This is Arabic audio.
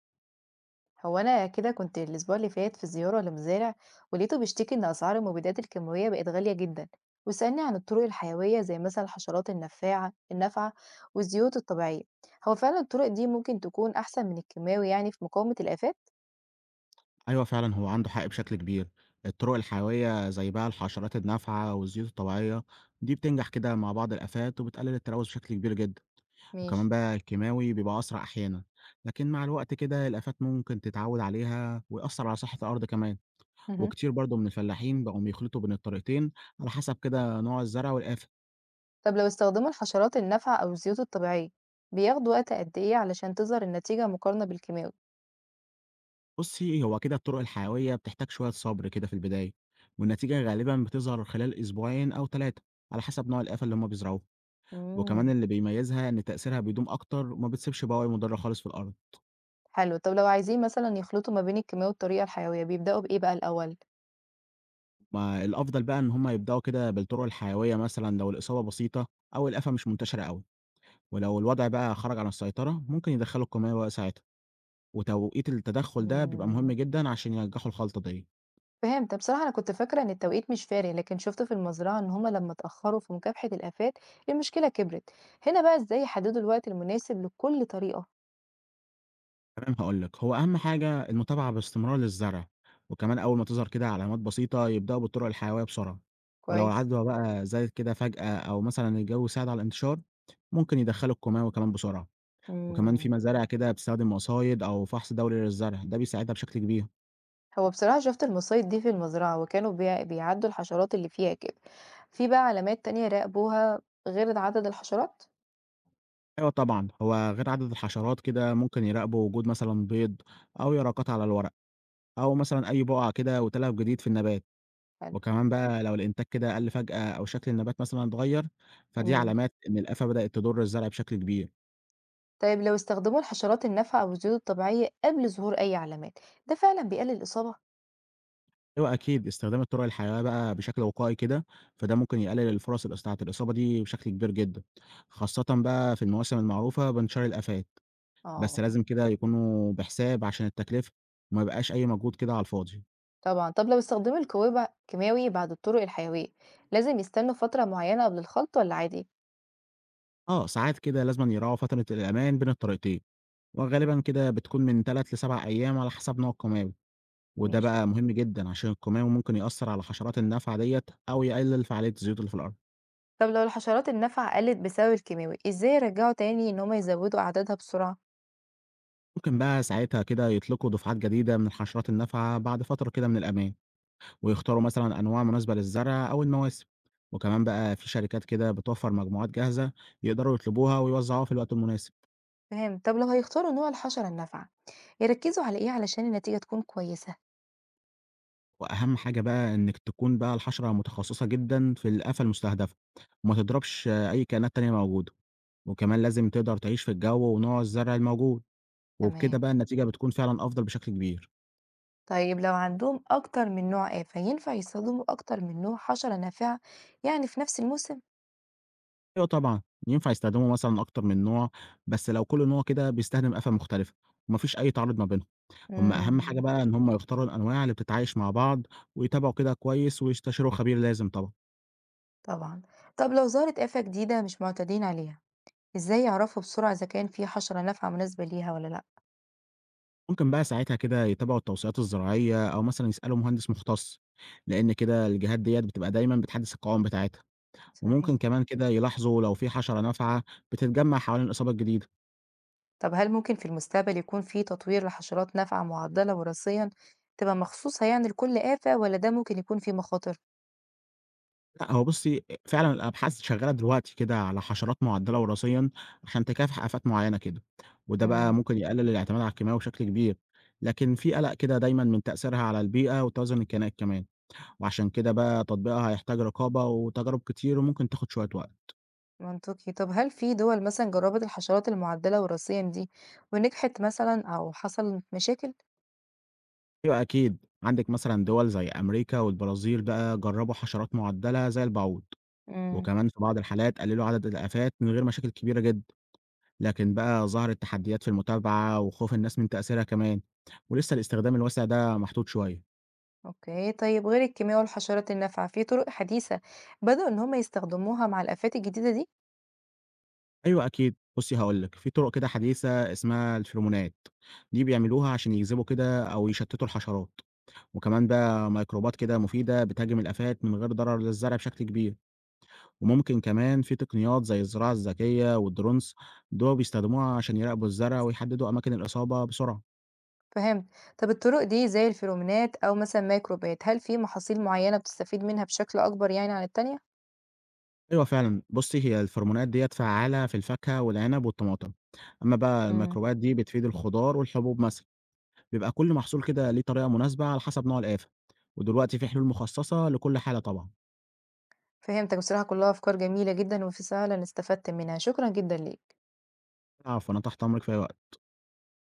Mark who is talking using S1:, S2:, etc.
S1: هو أنا كده كنت الأسبوع اللي فات في زيارة لمزارع، ولقيته بيشتكي إن أسعار المبيدات الكيماوية بقت غالية جدا، وسألني عن الطرق الحيوية زي مثلا الحشرات النافعة والزيوت الطبيعية. هو فعلا الطرق دي ممكن تكون أحسن من الكيماوي يعني في مقاومة الآفات؟
S2: أيوه فعلًا هو عنده حق بشكل كبير، الطرق الحيوية زي بقى الحشرات النافعة والزيوت الطبيعية دي بتنجح كده مع بعض الآفات وبتقلل التلوث بشكل كبير جدًا،
S1: ماشي.
S2: وكمان بقى الكيماوي بيبقى أسرع أحيانًا، لكن مع الوقت كده الآفات ممكن تتعود عليها ويأثر على صحة الأرض كمان،
S1: مهم.
S2: وكتير برضه من الفلاحين بقوا بيخلطوا بين الطريقتين على حسب كده نوع الزرع والآفة.
S1: طب لو استخدموا الحشرات النافعة أو الزيوت الطبيعية بياخدوا وقت قد إيه علشان تظهر النتيجة مقارنة بالكيماوي؟
S2: بُصي هو كده الطرق الحيوية بتحتاج شوية صبر كده في البداية، والنتيجة غالبًا بتظهر خلال أسبوعين أو 3 على حسب نوع الآفة اللي هُم بيزرعوها. وكمان
S1: مم.
S2: اللي بيميزها إن تأثيرها بيدوم أكتر وما بتسيبش بواقي مضرة خالص في الأرض.
S1: حلو، طب لو عايزين مثلا يخلطوا ما بين الكيماوي والطريقة الحيوية بيبدأوا بإيه بقى الأول؟
S2: ما الأفضل بقى إن هم يبدأوا كده بالطرق الحيوية مثلا لو الإصابة بسيطة أو الآفة مش منتشرة أوي، ولو الوضع بقى خرج عن السيطرة ممكن يدخلوا القمامة ساعتها. وتوقيت التدخل ده بيبقى مهم
S1: مم.
S2: جدا عشان ينجحوا الخلطة دي.
S1: فهمت. بصراحة أنا كنت فاكرة إن التوقيت مش فارق، لكن شفت في المزرعة إن هما لما اتأخروا في مكافحة الآفات المشكلة كبرت. هنا بقى إزاي يحددوا الوقت المناسب لكل طريقة؟
S2: تمام هقول لك، هو أهم حاجة المتابعة باستمرار للزرع، وكمان أول ما تظهر كده علامات بسيطة يبدأوا بالطرق الحيوية بسرعة. ولو
S1: كويس.
S2: العدوى بقى زادت كده فجأة أو مثلا الجو ساعد على الانتشار، ممكن يدخلوا القمامة كمان بسرعة. وكمان في
S1: مم.
S2: مزارع كده بتستخدم مصايد أو فحص دوري للزرع، ده بيساعدها بشكل كبير.
S1: هو بصراحة شفت المصايد دي في المزرعة وكانوا بيعدوا الحشرات اللي فيها كده. في بقى علامات تانية راقبوها غير عدد الحشرات؟
S2: أيوة طبعا، هو غير عدد الحشرات كده ممكن يراقبوا وجود مثلا بيض أو يرقات على الورق، أو مثلا أي بقع كده وتلف جديد في النبات.
S1: حلو.
S2: وكمان بقى لو الإنتاج كده قل فجأة أو شكل النبات مثلا اتغير، فدي
S1: مم.
S2: علامات إن الآفة بدأت تضر الزرع بشكل كبير.
S1: طيب لو استخدموا الحشرات النافعة أو الزيوت الطبيعية قبل ظهور أي علامات، ده فعلا بيقلل الإصابة؟
S2: أيوة أكيد، استخدام الطرق الحيوية بقى بشكل وقائي كده، فده ممكن يقلل الفرص بتاعة الإصابة دي بشكل كبير جدا، خاصة بقى في المواسم المعروفة بانتشار الآفات. بس
S1: اه.
S2: لازم كده يكونوا بحساب عشان التكلفة، وما يبقاش أي مجهود كده على الفاضي.
S1: طبعا، طب لو استخدموا الكوبا كيماوي بعد الطرق الحيوية لازم يستنوا فترة معينة قبل الخلط ولا عادي؟
S2: آه، ساعات كده لازمًا يراعوا فترة الأمان بين الطريقتين، وغالبًا كده بتكون من 3 ل7 أيام على حسب نوع القمامة، وده
S1: ماشي.
S2: بقى مهم جدًا عشان القمامة ممكن يأثّر على حشرات النافعة ديّة، أو يقلل فعالية الزيوت اللي في الأرض.
S1: طب لو الحشرات النافعة قلت بسبب الكيماوي ازاي يرجعوا تاني ان هما يزودوا اعدادها بسرعة؟
S2: ممكن بقى ساعتها كده يطلقوا دفعات جديدة من الحشرات النافعة بعد فترة كده من الأمان، ويختاروا مثلًا أنواع مناسبة للزرع أو المواسم. وكمان بقى في شركات كده بتوفّر مجموعات جاهزة يقدروا يطلبوها ويوزّعوها في الوقت المناسب.
S1: فاهم. طب لو هيختاروا نوع الحشرة النافعة يركزوا على ايه علشان النتيجة تكون كويسة؟
S2: وأهم حاجة بقى إنِّك تكون بقى الحشرة متخصصة جدًا في الآفة المستهدفة، وما تضربش أي كائنات تانية موجودة، وكمان لازم تقدر تعيش في الجو ونوع الزرع الموجود،
S1: تمام.
S2: وبكده بقى النتيجة بتكون فعلًا أفضل بشكل كبير.
S1: طيب لو عندهم اكتر من نوع آفة ينفع يستخدموا اكتر من نوع حشرة نافعة يعني في نفس الموسم؟
S2: أيوه طبعًا، ينفع يستخدموا مثلًا أكتر من نوع، بس لو كل نوع كده بيستخدم آفة مختلفة، وما فيش أي تعارض ما بينهم. هم أهم حاجة
S1: مم.
S2: بقى إن هم يختاروا الأنواع اللي بتتعايش مع بعض، ويتابعوا كده كويس ويستشيروا خبير لازم طبعًا.
S1: طبعا. طب لو ظهرت آفة جديدة مش معتادين عليها إزاي يعرفوا بسرعة إذا كان في حشرة نافعة مناسبة ليها والّا لأ؟
S2: ممكن بقى ساعتها كده يتابعوا التوصيات الزراعية أو مثلا يسألوا مهندس مختص، لأن كده الجهات ديت بتبقى دايما بتحدث القوائم بتاعتها. وممكن
S1: صحيح.
S2: كمان كده يلاحظوا لو في حشرة نافعة بتتجمع حوالين الإصابة الجديدة.
S1: طب هل ممكن في المستقبل يكون في تطوير لحشرات نافعة معدلة وراثيًا تبقى مخصوصة يعني لكل آفة، والّا ده ممكن يكون فيه مخاطر؟
S2: لا هو بصي فعلا الأبحاث شغالة دلوقتي كده على حشرات معدلة وراثيا عشان تكافح آفات معينة كده، وده بقى
S1: إمم.
S2: ممكن يقلل الاعتماد على الكيماوي بشكل كبير. لكن في قلق كده دايما من تأثيرها على البيئة وتوازن الكائنات كمان، وعشان كده بقى تطبيقها هيحتاج رقابة وتجارب كتير وممكن تاخد شوية وقت.
S1: منطقي. طب هل في دول مثلًا جربت الحشرات المعدلة وراثيًا دي ونجحت مثلًا أو حصلت مشاكل؟
S2: أيوه أكيد، عندِك مثلًا دول زي أمريكا والبرازيل بقى جرّبوا حشرات مُعدّلة زي البعوض،
S1: إمم.
S2: وكمان في بعض الحالات قللوا عدد الآفات من غير مشاكل كبيرة جدًا، لكن بقى ظهرت تحديات في المتابعة وخوف الناس من تأثيرها كمان، ولسه الاستخدام الواسع ده محدود شوية.
S1: أوكي. طيب غير الكيمياء والحشرات النافعة، في طرق حديثة بدأوا إن هم يستخدموها مع الآفات الجديدة دي؟
S2: أيوه أكيد، بُصّي هاقول لِك، في طرق كده حديثة اسمها الفيرومونات، دي بيعملوها عشان يجذبوا كده أو يشتتوا الحشرات، وكمان بقى ميكروبات كده مفيدة بتهاجم الآفات من غير ضرر للزرع بشكل كبير. وممكن كمان في تقنيات زي الزراعة الذكية والدرونز، دول بيستخدموها عشان يراقبوا الزرع ويحددوا أماكن الإصابة بسرعة.
S1: فهمت. طب الطرق دي زي الفيرومونات او مثلا ميكروبات، هل في محاصيل معينة بتستفيد منها بشكل اكبر يعني عن التانية؟
S2: أيوة فعلا بصي، هي الفرمونات ديت فعالة في الفاكهة والعنب والطماطم. أما بقى
S1: امم.
S2: الميكروبات دي بتفيد الخضار والحبوب مثلا. بيبقى كل محصول كده ليه طريقة مناسبة على حسب نوع الآفة. ودلوقتي في حلول مخصصة لكل حالة طبعا.
S1: فهمتك. بصراحة كلها افكار جميلة جدا، وفي فعلا استفدت منها، شكرا جدا ليك.
S2: عفوا، أنا تحت أمرك في أي وقت.